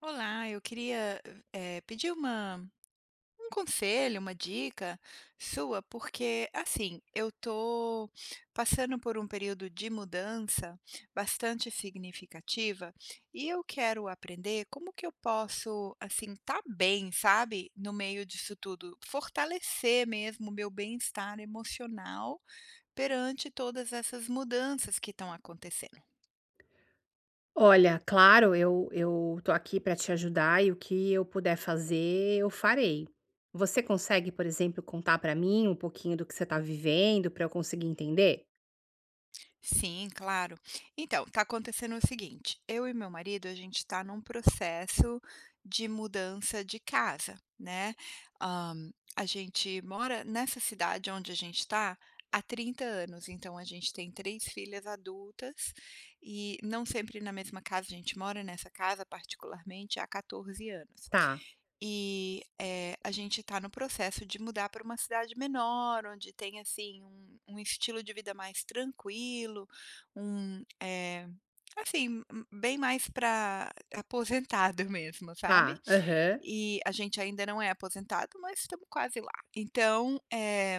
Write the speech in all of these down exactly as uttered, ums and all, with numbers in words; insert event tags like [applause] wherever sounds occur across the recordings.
Olá, eu queria, eh, pedir uma um conselho, uma dica sua, porque, assim, eu tô passando por um período de mudança bastante significativa e eu quero aprender como que eu posso, assim, estar bem, sabe, no meio disso tudo, fortalecer mesmo o meu bem-estar emocional perante todas essas mudanças que estão acontecendo. Olha, claro, eu eu tô aqui para te ajudar e o que eu puder fazer, eu farei. Você consegue, por exemplo, contar para mim um pouquinho do que você tá vivendo para eu conseguir entender? Sim, claro. Então, tá acontecendo o seguinte, eu e meu marido, a gente tá num processo de mudança de casa, né. Hã, a gente mora nessa cidade onde a gente tá há trinta anos, então a gente tem três filhas adultas e não sempre na mesma casa, a gente mora nessa casa particularmente há quatorze anos. Tá, E, eh, a gente está no processo de mudar para uma cidade menor, onde tem, assim, um um estilo de vida mais tranquilo, um, eh, assim, hum, bem mais para aposentado [laughs] mesmo, sabe. tá, aham. E a gente ainda não é aposentado, mas estamos quase lá. Então, eh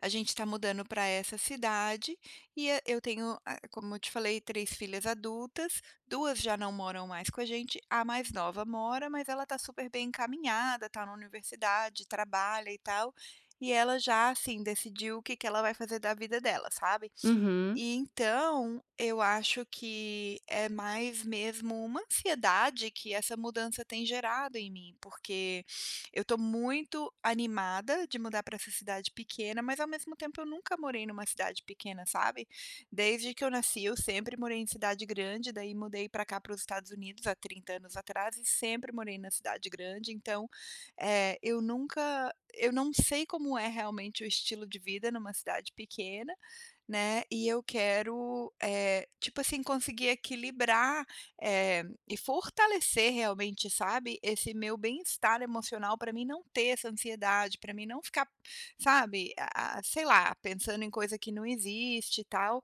a gente está mudando para essa cidade e a eu tenho, ah, como eu te falei, três filhas adultas, Duas já não moram mais com a gente, a mais nova mora, mas ela está super bem encaminhada, está na universidade, trabalha e tal, e ela já, assim, decidiu o que que ela vai fazer da vida dela, sabe. Uhum. E então, eu acho que é mais mesmo uma ansiedade que essa mudança tem gerado em mim, porque eu estou muito animada de mudar para essa cidade pequena, mas ao mesmo tempo eu nunca morei numa cidade pequena, sabe. Desde que eu nasci eu sempre morei em cidade grande, daí mudei para cá, para os Estados Unidos há trinta anos atrás e sempre morei na cidade grande, então, eh, eu nunca eu não sei como é realmente o estilo de vida numa cidade pequena, né, e eu quero, eh, tipo assim, conseguir equilibrar, eh, e fortalecer realmente, sabe, esse meu bem-estar emocional para mim não ter essa ansiedade, para mim não ficar, sabe, a a sei lá, pensando em coisa que não existe e tal.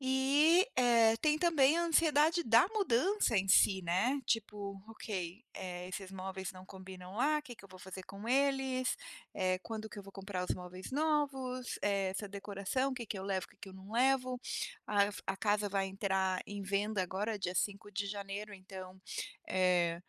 E, eh, tem também a ansiedade da mudança em si, né, tipo: "Ok, eh, esses móveis não combinam lá, O que que eu vou fazer com eles? Eh, quando que eu vou comprar os móveis novos? Eh, essa decoração, o que que eu levo, o que que eu não levo?". A a casa vai entrar em venda agora dia cinco de janeiro, então, eh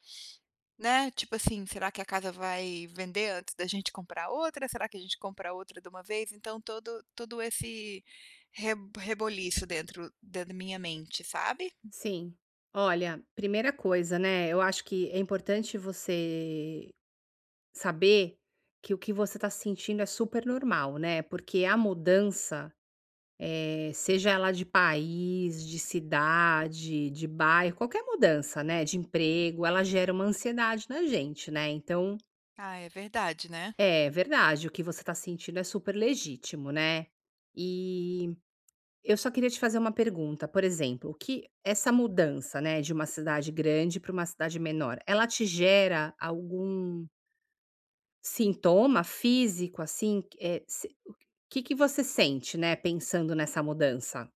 né, tipo assim, será que a casa vai vender antes da gente comprar outra? Será que a gente compra outra de uma vez? Então todo todo esse re reboliço dentro da minha mente, sabe? Sim. Olha, primeira coisa, né, eu acho que é importante você saber que o que você está sentindo é super normal, né, porque a mudança... Eh, seja ela de país, de cidade, de bairro, qualquer mudança, né, de emprego, ela gera uma ansiedade na gente, né, então Ah, é verdade, né. é verdade, o que você está sentindo é super legítimo, né. E eu só queria te fazer uma pergunta, por exemplo, o que essa mudança, né, de uma cidade grande para uma cidade menor, ela te gera algum sintoma físico, assim, eh, se o que que você sente, né, pensando nessa mudança?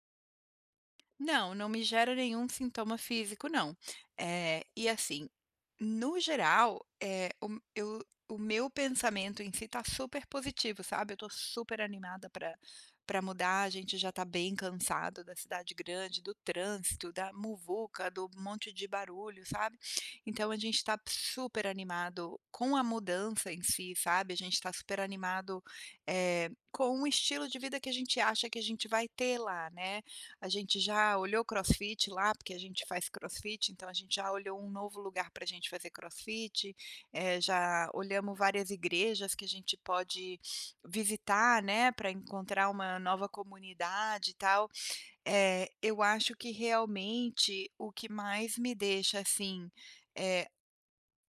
Não, não me gera nenhum sintoma físico não. É e assim, No geral, eh, o eu o meu pensamento em si tá super positivo, sabe, eu tô super animada para para mudar, a gente já tá bem cansado da cidade grande, do trânsito, da muvuca, do monte de barulho, sabe. Então a gente tá super animado com a mudança em si, sabe, a gente tá super animado, eh, com o estilo de vida que a gente acha que a gente vai ter lá, né. A gente já olhou crossfit lá, porque a gente faz crossfit, então a gente já olhou um novo lugar para a gente fazer crossfit, eh, já olhamos várias igrejas que a gente pode visitar, né, para encontrar uma nova comunidade e tal. Eh, eu acho que realmente o que mais me deixa, assim, eh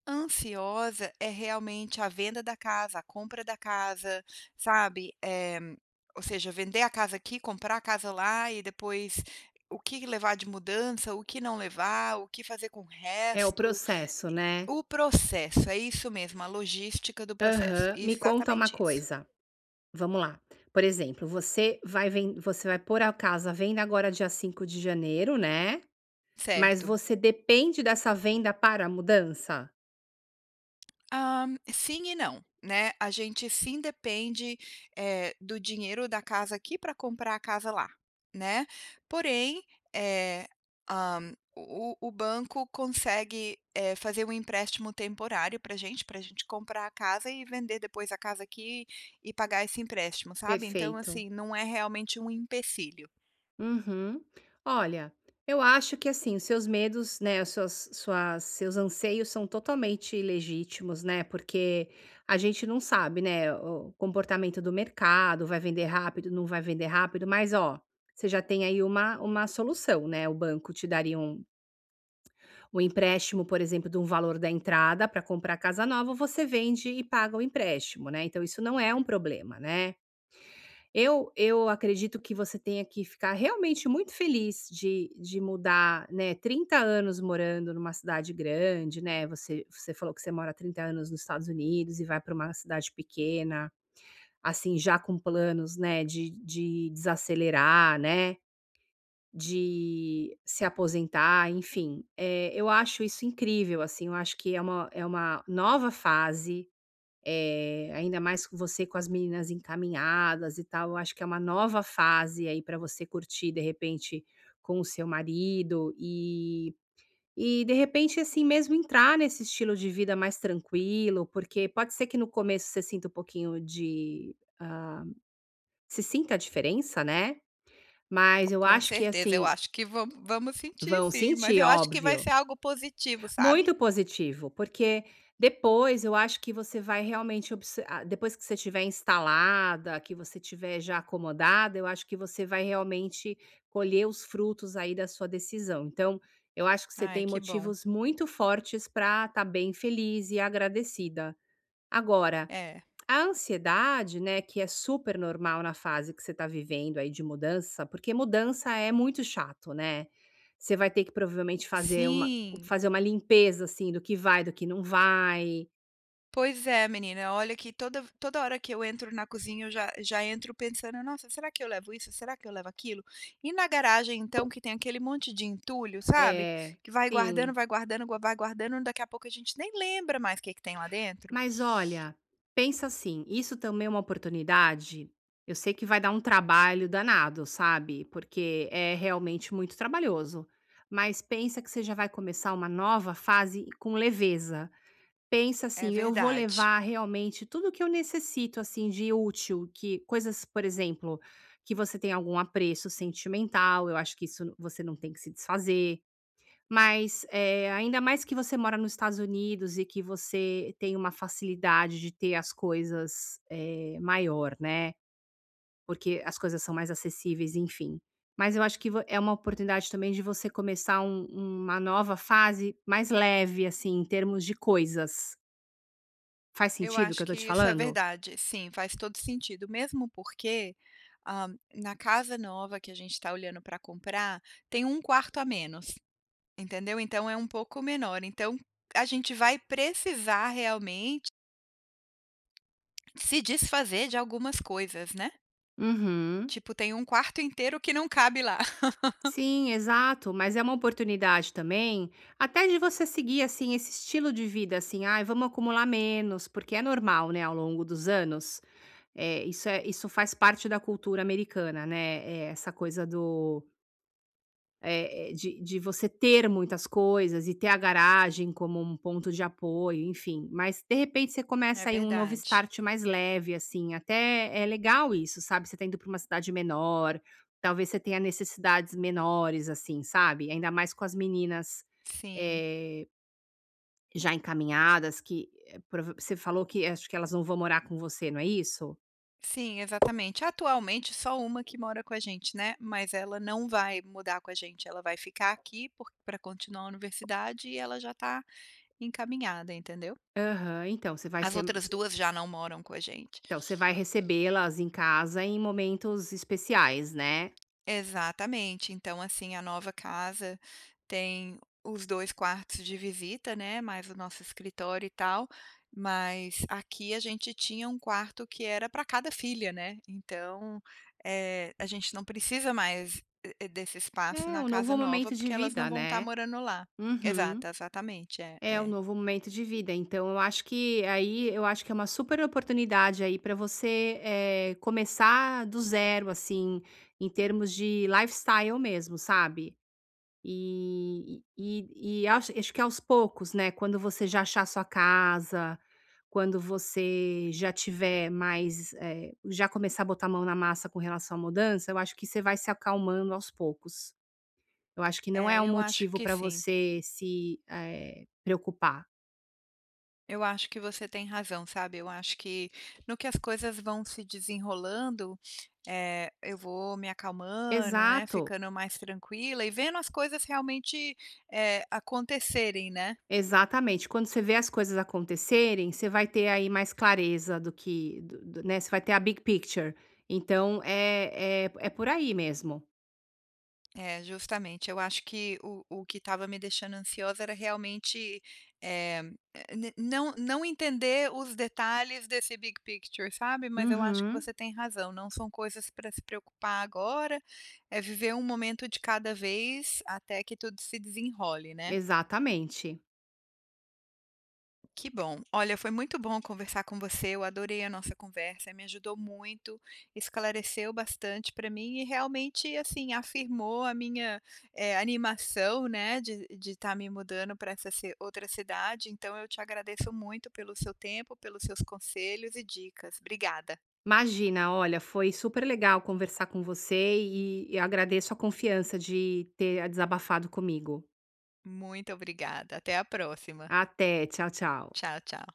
ansiosa é realmente a venda da casa, a compra da casa, sabe, eh, ou seja, vender a casa aqui, comprar a casa lá e depois o que levar de mudança, o que não levar, o que fazer com o É o resto, processo, e né. o processo, é isso mesmo, a logística do processo, Aham. Me conta uma exatamente isso. coisa, vamos lá. Por exemplo, você vai ven você vai pôr a casa à venda agora dia cinco de janeiro, né, mas Certo. você depende dessa venda para a mudança? Ah, sim e não, né. A gente sim depende, eh, do dinheiro da casa aqui para comprar a casa lá, né. Porém, eh, ah, o o banco consegue, eh, fazer um empréstimo temporário para gente, para a gente comprar a casa e vender depois a casa aqui e pagar esse empréstimo, sabe. Então, Perfeito. assim, não é realmente um empecilho. Uhum. Olha, eu acho que assim, os seus medos, né, as suas, suas, seus anseios são totalmente legítimos, né? Porque a gente não sabe, né, o comportamento do mercado, vai vender rápido, não vai vender rápido, mas ó, você já tem aí uma, uma solução, né? O banco te daria um, um empréstimo, por exemplo, de um valor da entrada para comprar casa nova, você vende e paga o empréstimo, né? Então isso não é um problema, né? Eu eu acredito que você tenha que ficar realmente muito feliz de de mudar, né. Trinta anos morando numa cidade grande, né, você você falou que você mora há trinta anos nos Estados Unidos e vai para uma cidade pequena, assim, já com planos, né, de de desacelerar, né, de se aposentar, enfim. Eh, eu acho isso incrível, assim, eu acho que é uma é uma nova fase, eh, ainda mais com você com as meninas encaminhadas e tal, eu acho que é uma nova fase aí para você curtir, de repente, com o seu marido e e de repente, assim, mesmo entrar nesse estilo de vida mais tranquilo, porque pode ser que no começo você sinta um pouquinho de, hã, se sinta a diferença, né, mas eu Com acho que, certeza, eu assim, acho que vamos vamos sentir vão sim, mas sentir, eu acho que vai óbvio. ser algo positivo, sabe. Muito positivo, porque depois eu acho que você vai realmente obse ah, depois que você estiver instalada, que você estiver já acomodada, eu acho que você vai realmente colher os frutos aí da sua decisão. Então, eu acho que você Ai, tem que bom. motivos muito fortes para estar bem feliz e agradecida. Agora É. a ansiedade, né, que é super normal na fase que você está vivendo aí de mudança, porque mudança é muito chato, né. Você vai ter que provavelmente fazer uma Sim, fazer uma limpeza, assim, do que vai, do que não vai. pois é menina, olha que toda toda hora que eu entro na cozinha eu já já entro pensando: "Nossa, será que eu levo isso? Será que eu levo aquilo?". E na garagem então que tem aquele monte de entulho, sabe, É, que vai guardando, sim. vai guardando, gua vai guardando, daqui a pouco a gente nem lembra mais o que que tem lá dentro. Mas olha, pensa assim, isso também é uma oportunidade, eu sei que vai dar um trabalho danado, sabe, porque é realmente muito trabalhoso, mas pensa que você já vai começar uma nova fase com leveza. Pensa É assim: "Eu vou verdade. levar realmente tudo que eu necessito, assim, de útil", que coisas, por exemplo, que você tem algum apreço sentimental, eu acho que isso você não tem que se desfazer. Mas, eh, ainda mais que você mora nos Estados Unidos e que você tem uma facilidade de ter as coisas, eh, maior, né, porque as coisas são mais acessíveis, enfim. Mas eu acho que vo é uma oportunidade também de você começar um uma nova fase mais leve, assim, em termos de coisas. Faz Eu sentido o que acho eu tô que te isso é falando? verdade, sim, faz todo sentido, mesmo porque, hã, na casa nova que a gente está olhando para comprar, tem um quarto a menos. Entendeu? Então é um pouco menor. Então, a gente vai precisar realmente se desfazer de algumas coisas, né. Uhum. Tipo, tem um quarto inteiro que não cabe lá. [laughs] Sim, exato, mas é uma oportunidade também, até de você seguir assim esse estilo de vida assim, ai vamos acumular menos, porque é normal, né, ao longo dos anos. Eh, isso é isso faz parte da cultura americana, né, eh, essa coisa do... Eh eh, de de você ter muitas coisas e ter a garagem como um ponto de apoio, enfim. Mas, de repente, você É começa aí um novo verdade. start mais leve, assim, até é legal isso, sabe. Você tá indo para uma cidade menor, talvez você tenha necessidades menores, assim, sabe. Ainda mais com as meninas, Sim, eh, já encaminhadas que, eh, prova você falou que acho que elas não vão morar com você, não é isso? sim, exatamente. Atualmente, só uma que mora com a gente, né, mas ela não vai mudar com a gente, ela vai ficar aqui para continuar a universidade e ela já está encaminhada, entendeu. Aham. Então, você vai As ser outras duas já não moram com a gente. então, você vai recebê-las em casa em momentos especiais, né. Exatamente. Então, assim, a nova casa tem os dois quartos de visita, né, mais o nosso escritório e tal, mas aqui a gente tinha um quarto que era para cada filha, né. Então, eh, a gente não precisa mais, eh, eh, desse espaço É, na um casa novo nova, momento de porque elas não vida, vão estar né. morando lá. Uhum. Exato, exatamente. É, É um é. novo momento de vida, então eu acho que aí eu acho que é uma super oportunidade aí para você, eh, começar do zero, assim, em termos de lifestyle mesmo, sabe. E e e acho acho que aos poucos, né, quando você já achar sua casa, quando você já tiver mais, eh, já começar a botar a mão na massa com relação à mudança, eu acho que você vai se acalmando aos poucos. Eu acho que não é É, um eu acho motivo que para sim. você se, eh, preocupar. Eu acho que você tem razão, sabe. Eu acho que no que as coisas vão se desenrolando, eh, eu vou me acalmando, né, Exato, ficando mais tranquila e vendo as coisas realmente, eh, acontecerem, né. exatamente. Quando você vê as coisas acontecerem, você vai ter aí mais clareza do que do do né, você vai ter a big picture. Então é é é por aí mesmo. É, justamente. Eu acho que o o que estava me deixando ansiosa era realmente, eh, eh, n não não entender os detalhes desse big picture, sabe. Mas eu acho que Uhum, você tem razão, não são coisas para se preocupar agora, é viver um momento de cada vez até que tudo se desenrole, né. exatamente. Que bom. Olha, foi muito bom conversar com você. Eu adorei a nossa conversa, me ajudou muito, esclareceu bastante para mim e realmente, assim, afirmou a minha eh, animação, né, de estar me mudando para essa ci- outra cidade. Então, eu te agradeço muito pelo seu tempo, pelos seus conselhos e dicas. Obrigada. Imagina, olha, foi super legal conversar com você e e agradeço a confiança de ter desabafado comigo. Muito obrigada. Até a próxima. Até, tchau, tchau. Tchau, tchau.